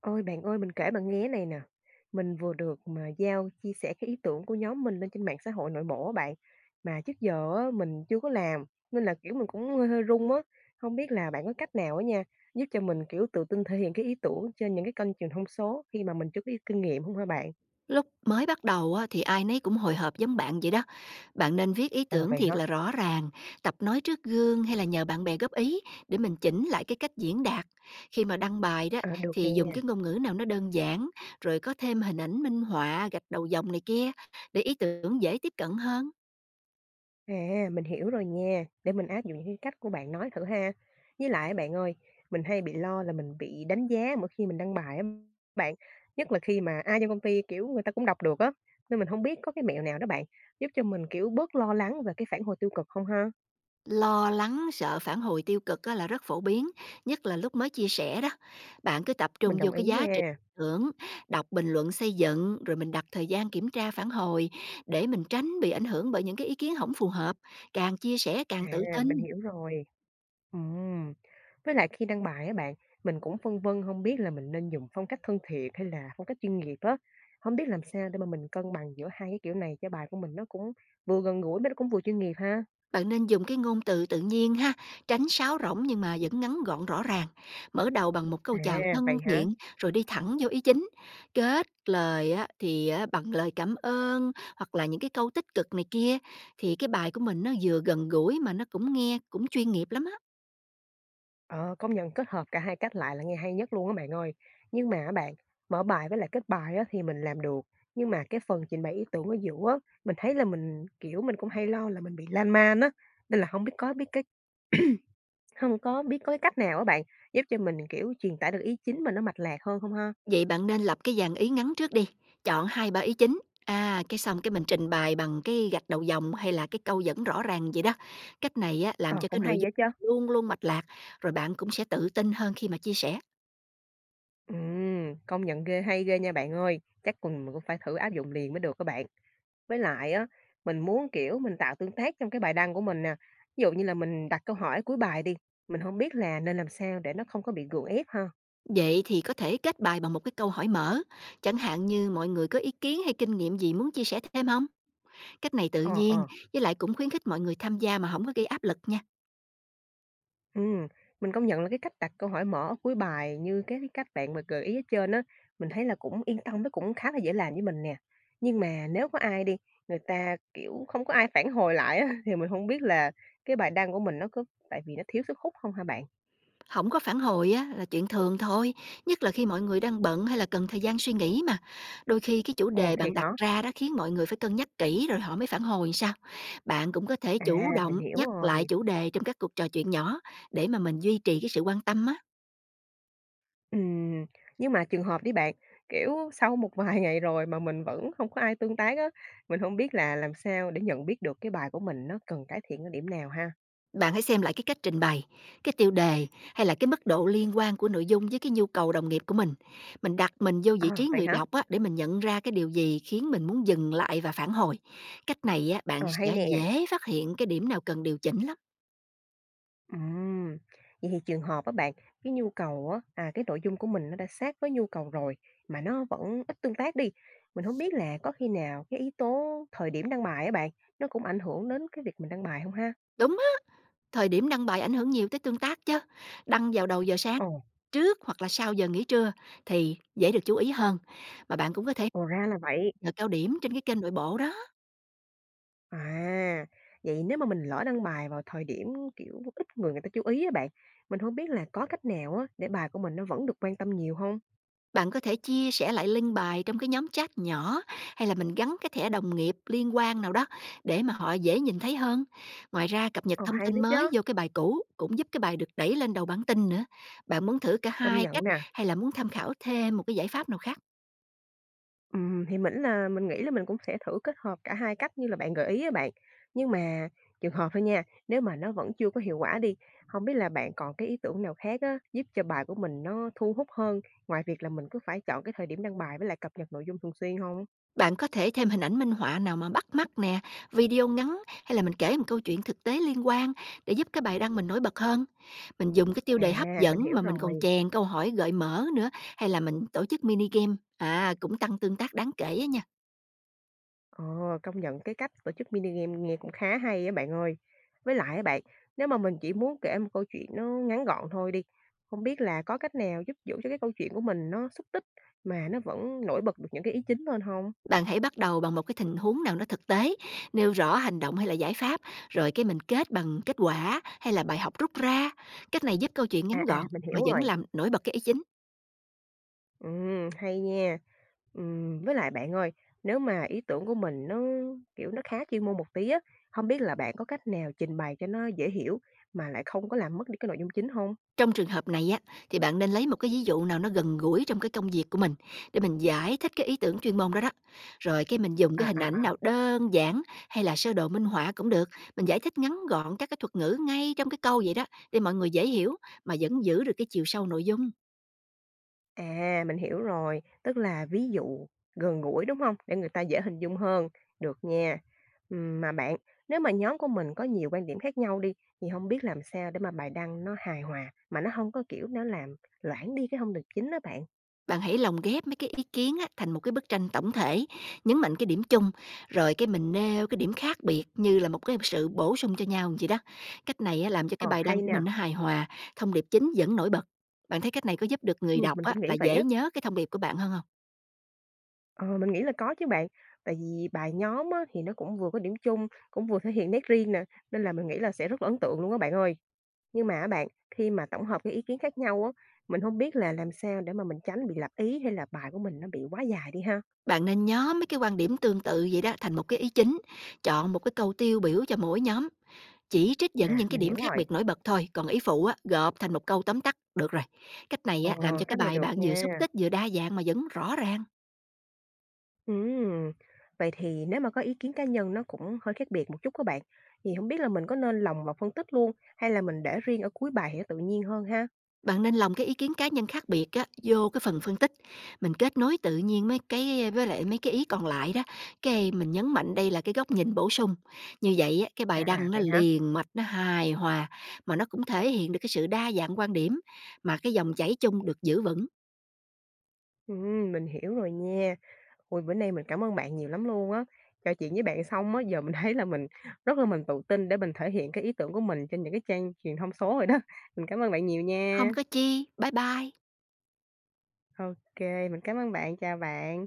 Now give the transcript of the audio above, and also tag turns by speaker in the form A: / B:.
A: Ôi, bạn ơi, mình kể bạn nghe này nè, mình vừa được mà giao chia sẻ cái ý tưởng của nhóm mình lên trên mạng xã hội nội bộ á bạn, mà trước giờ á mình chưa có làm, nên là, kiểu, mình cũng hơi hơi run á. Không biết là bạn có cách nào á nha, giúp cho mình, kiểu, tự tin thể hiện cái ý tưởng trên những cái kênh truyền thông số khi mà mình chưa có kinh nghiệm không hả bạn?
B: Lúc mới bắt đầu á, thì ai nấy cũng hồi hộp giống bạn vậy đó. Bạn nên viết ý
A: Ồ,
B: tưởng
A: vậy hả?
B: thiệt là rõ ràng, tập nói trước gương hay là nhờ bạn bè góp ý để mình chỉnh lại cái cách diễn đạt. Khi mà đăng bài đó
A: Ờ, được nè.
B: thì dùng cái ngôn ngữ nào nó đơn giản, rồi có thêm hình ảnh minh họa, gạch đầu dòng này kia để ý tưởng dễ tiếp cận hơn.
A: À, mình hiểu rồi nha, để mình áp dụng những cái cách của bạn nói thử ha. Với lại bạn ơi, mình hay bị lo là mình bị đánh giá mỗi khi mình đăng bài á bạn, nhất là khi mà ai trong công ty, kiểu, người ta cũng đọc được á, nên mình không biết có cái mẹo nào đó bạn, giúp cho mình, kiểu, bớt lo lắng về cái phản hồi tiêu cực không ha?
B: Lo lắng, sợ phản hồi tiêu cực á là rất phổ biến, nhất là lúc mới chia sẻ đó. Bạn cứ tập trung
A: Mình
B: vô
A: đồng ý
B: cái giá trị
A: nha.
B: hưởng, đọc bình luận xây dựng, rồi mình đặt thời gian kiểm tra phản hồi để mình tránh bị ảnh hưởng bởi những cái ý kiến không phù hợp. Càng chia sẻ càng tự
A: À,
B: tin.
A: mình hiểu rồi. Ừm, với lại khi đăng bài á bạn, mình cũng phân vân không biết là mình nên dùng phong cách thân thiện hay là phong cách chuyên nghiệp á. Không biết làm sao để mà mình cân bằng giữa hai cái kiểu này cho bài của mình nó cũng vừa gần gũi mà nó cũng vừa chuyên nghiệp ha?
B: Bạn nên dùng cái ngôn từ tự nhiên ha, tránh sáo rỗng nhưng mà vẫn ngắn gọn rõ ràng. Mở đầu bằng một
A: À,
B: câu chào thân
A: vậy hả?
B: thiện rồi đi thẳng vô ý chính. Kết lời á, thì á, bằng lời cảm ơn hoặc là những cái câu tích cực này kia thì cái bài của mình nó vừa gần gũi mà nó cũng nghe cũng chuyên nghiệp lắm á.
A: Ờ, công nhận kết hợp cả hai cách lại là nghe hay nhất luôn á bạn ơi. Nhưng mà á bạn, mở bài với lại kết bài á thì mình làm được, nhưng mà cái phần trình bày ý tưởng ở giữa á, mình thấy là mình, kiểu, mình cũng hay lo là mình bị lan man á, nên là không biết có cái cách nào á bạn, giúp cho mình, kiểu, truyền tải được ý chính mình nó mạch lạc hơn không ha?
B: Vậy bạn nên lập cái dàn ý ngắn trước đi, chọn hai ba ý chính. À, cái xong cái mình trình bày bằng cái gạch đầu dòng hay là cái câu dẫn rõ ràng vậy đó. Cách này á, làm
A: Ờ,
B: cho
A: cũng
B: cái
A: hay
B: nội dung
A: vậy chứ?
B: luôn luôn mạch lạc, rồi bạn cũng sẽ tự tin hơn khi mà chia sẻ.
A: Công nhận ghê, hay ghê nha bạn ơi. Chắc cùng mình cũng phải thử áp dụng liền mới được các bạn. Với lại á, mình muốn, kiểu, mình tạo tương tác trong cái bài đăng của mình nè. Ví dụ như là mình đặt câu hỏi cuối bài đi, mình không biết là nên làm sao để nó không có bị gượng ép ha?
B: Vậy thì có thể kết bài bằng một cái câu hỏi mở, chẳng hạn như mọi người có ý kiến hay kinh nghiệm gì muốn chia sẻ thêm không? Cách này tự
A: Ờ,
B: nhiên,
A: ờ.
B: với lại cũng khuyến khích mọi người tham gia mà không có gây áp lực nha.
A: Ừm, mình công nhận là cái cách đặt câu hỏi mở ở cuối bài như cái cách bạn mà gợi ý ở trên á, mình thấy là cũng yên tâm, nó cũng khá là dễ làm với mình nè. Nhưng mà nếu có ai đi, người ta, kiểu, không có ai phản hồi lại á, thì mình không biết là cái bài đăng của mình nó có tại vì nó thiếu sức hút không hả bạn?
B: Không có phản hồi á là chuyện thường thôi, nhất là khi mọi người đang bận hay là cần thời gian suy nghĩ mà. Đôi khi cái chủ
A: Ồ,
B: đề
A: thiệt
B: bạn đặt
A: hả?
B: ra đã khiến mọi người phải cân nhắc kỹ rồi họ mới phản hồi sao. Bạn cũng có thể
A: À,
B: chủ
A: mình
B: động
A: hiểu
B: nhắc lại
A: rồi.
B: chủ đề trong các cuộc trò chuyện nhỏ để mà mình duy trì cái sự quan tâm á.
A: Ừm, nhưng mà trường hợp đi bạn, kiểu, sau một vài ngày rồi mà mình vẫn không có ai tương tác á, mình không biết là làm sao để nhận biết được cái bài của mình nó cần cải thiện ở điểm nào ha?
B: Bạn hãy xem lại cái cách trình bày, cái tiêu đề hay là cái mức độ liên quan của nội dung với cái nhu cầu đồng nghiệp của mình. Mình đặt mình vô
A: Ờ,
B: vị trí
A: vậy
B: người
A: hả?
B: đọc á, để mình nhận ra cái điều gì khiến mình muốn dừng lại và phản hồi. Cách này á, bạn
A: Ờ, hay
B: sẽ
A: nè.
B: dễ phát hiện cái điểm nào cần điều chỉnh lắm.
A: Ừm, vậy thì trường hợp á bạn, cái nhu cầu á, à, cái nội dung của mình nó đã sát với nhu cầu rồi mà nó vẫn ít tương tác đi, mình không biết là có khi nào cái yếu tố thời điểm đăng bài á bạn, nó cũng ảnh hưởng đến cái việc mình đăng bài không ha?
B: Đúng á, thời điểm đăng bài ảnh hưởng nhiều tới tương tác chứ. Đăng vào đầu giờ sáng
A: Ồ,
B: trước hoặc là sau giờ nghỉ trưa thì dễ được chú ý hơn. Mà bạn cũng có thể
A: ồ, ra là vậy.
B: nhờ cao điểm trên cái kênh nội bộ đó.
A: À, vậy nếu mà mình lỡ đăng bài vào thời điểm, kiểu, ít người người ta chú ý á bạn, mình không biết là có cách nào á để bài của mình nó vẫn được quan tâm nhiều không.
B: Bạn có thể chia sẻ lại link bài trong cái nhóm chat nhỏ hay là mình gắn cái thẻ đồng nghiệp liên quan nào đó để mà họ dễ nhìn thấy hơn. Ngoài ra cập nhật
A: Ồ,
B: thông
A: hay đó
B: tin mới
A: chứ,
B: vô cái bài cũ cũng giúp cái bài được đẩy lên đầu bản tin nữa. Bạn muốn thử cả
A: công
B: hai
A: nhận
B: cách
A: nè.
B: hay là muốn tham khảo thêm một cái giải pháp nào khác?
A: Thì mình mình nghĩ là mình cũng sẽ thử kết hợp cả hai cách như là bạn gợi ý á bạn. Nhưng mà trường hợp thôi nha, nếu mà nó vẫn chưa có hiệu quả đi, không biết là bạn còn cái ý tưởng nào khác á, giúp cho bài của mình nó thu hút hơn, ngoài việc là mình cứ phải chọn cái thời điểm đăng bài với lại cập nhật nội dung thường xuyên không.
B: Bạn có thể thêm hình ảnh minh họa nào mà bắt mắt nè, video ngắn hay là mình kể một câu chuyện thực tế liên quan để giúp cái bài đăng mình nổi bật hơn. Mình dùng cái tiêu đề hấp
A: À, mình
B: dẫn
A: hiểu
B: mà mình còn
A: rồi.
B: chèn câu hỏi gợi mở nữa hay là mình tổ chức mini game à cũng tăng tương tác đáng kể á nha.
A: Ồ, công nhận cái cách tổ chức mini game nghe cũng khá hay á bạn ơi. Với lại á bạn, nếu mà mình chỉ muốn kể một câu chuyện nó ngắn gọn thôi đi, không biết là có cách nào giúp giữ cho cái câu chuyện của mình nó xúc tích mà nó vẫn nổi bật được những cái ý chính lên không?
B: Bạn hãy bắt đầu bằng một cái tình huống nào nó thực tế, nêu rõ hành động hay là giải pháp, rồi cái mình kết bằng kết quả hay là bài học rút ra. Cách này giúp câu chuyện
A: À
B: ngắn
A: à,
B: gọn
A: mình
B: mà
A: hiểu
B: vẫn
A: rồi.
B: làm nổi bật cái ý chính.
A: Ừ, hay nha. Với lại bạn ơi, nếu mà ý tưởng của mình nó kiểu nó khá chuyên môn một tí á, không biết là bạn có cách nào trình bày cho nó dễ hiểu mà lại không có làm mất đi cái nội dung chính không?
B: Trong trường hợp này á, thì bạn nên lấy một cái ví dụ nào nó gần gũi trong cái công việc của mình để mình giải thích cái ý tưởng chuyên môn đó đó. Rồi cái mình dùng
A: À
B: cái hình ảnh
A: à.
B: nào đơn giản hay là sơ đồ minh họa cũng được, mình giải thích ngắn gọn các cái thuật ngữ ngay trong cái câu vậy đó để mọi người dễ hiểu mà vẫn giữ được cái chiều sâu nội dung.
A: À, mình hiểu rồi, tức là ví dụ gần gũi, đúng không? Để người ta dễ hình dung hơn, được nha. Mà bạn, nếu mà nhóm của mình có nhiều quan điểm khác nhau đi, thì không biết làm sao để mà bài đăng nó hài hòa, mà nó không có, kiểu, nó làm loãng đi cái thông điệp chính đó bạn?
B: Bạn hãy lồng ghép mấy cái ý kiến á, thành một cái bức tranh tổng thể, nhấn mạnh cái điểm chung, rồi cái mình nêu cái điểm khác biệt như là một cái sự bổ sung cho nhau vậy đó. Cách này á, làm cho
A: Ờ,
B: cái bài
A: hay
B: đăng của
A: nè,
B: mình nó hài hòa, thông điệp chính vẫn nổi bật. Bạn thấy cách này có giúp được người đọc
A: mình
B: á,
A: cũng nghĩ
B: là
A: vậy
B: dễ
A: á.
B: nhớ cái thông điệp của bạn hơn không?
A: Ờ, mình nghĩ là có chứ bạn, tại vì bài nhóm á, thì nó cũng vừa có điểm chung, cũng vừa thể hiện nét riêng nè, nên là mình nghĩ là sẽ rất là ấn tượng luôn á bạn ơi. Nhưng mà á bạn, khi mà tổng hợp cái ý kiến khác nhau á, mình không biết là làm sao để mà mình tránh bị lặp ý hay là bài của mình nó bị quá dài đi ha?
B: Bạn nên nhóm mấy cái quan điểm tương tự vậy đó thành một cái ý chính, chọn một cái câu tiêu biểu cho mỗi nhóm, chỉ trích dẫn
A: À,
B: những cái
A: mình
B: điểm
A: hiểu
B: khác
A: rồi.
B: biệt nổi bật thôi, còn ý phụ á, gộp thành một câu tóm tắt, được rồi. Cách này
A: Ờ,
B: á, làm cho cái
A: cách này
B: bài
A: được
B: bạn
A: nha.
B: vừa xúc tích vừa đa dạng mà vẫn rõ ràng.
A: Ừm, vậy thì nếu mà có ý kiến cá nhân nó cũng hơi khác biệt một chút các bạn, thì không biết là mình có nên lồng vào phân tích luôn hay là mình để riêng ở cuối bài thì nó tự nhiên hơn ha?
B: Bạn nên lồng cái ý kiến cá nhân khác biệt á, vô cái phần phân tích. Mình kết nối tự nhiên mấy cái với lại mấy cái ý còn lại đó. Cái mình nhấn mạnh đây là cái góc nhìn bổ sung. Như vậy á, cái
A: À,
B: bài
A: à,
B: đăng nó
A: vậy hả?
B: liền mạch, nó hài hòa, mà nó cũng thể hiện được cái sự đa dạng quan điểm, mà cái dòng chảy chung được giữ vững.
A: Mình hiểu rồi nha. Ôi, bữa nay mình cảm ơn bạn nhiều lắm luôn á. Trò chuyện với bạn xong á, giờ mình thấy là mình rất là mình tự tin để mình thể hiện cái ý tưởng của mình trên những cái trang truyền thông số rồi đó. Mình cảm ơn bạn nhiều
B: Không
A: nha.
B: có chi, bye bye.
A: OK, mình cảm ơn bạn, chào bạn.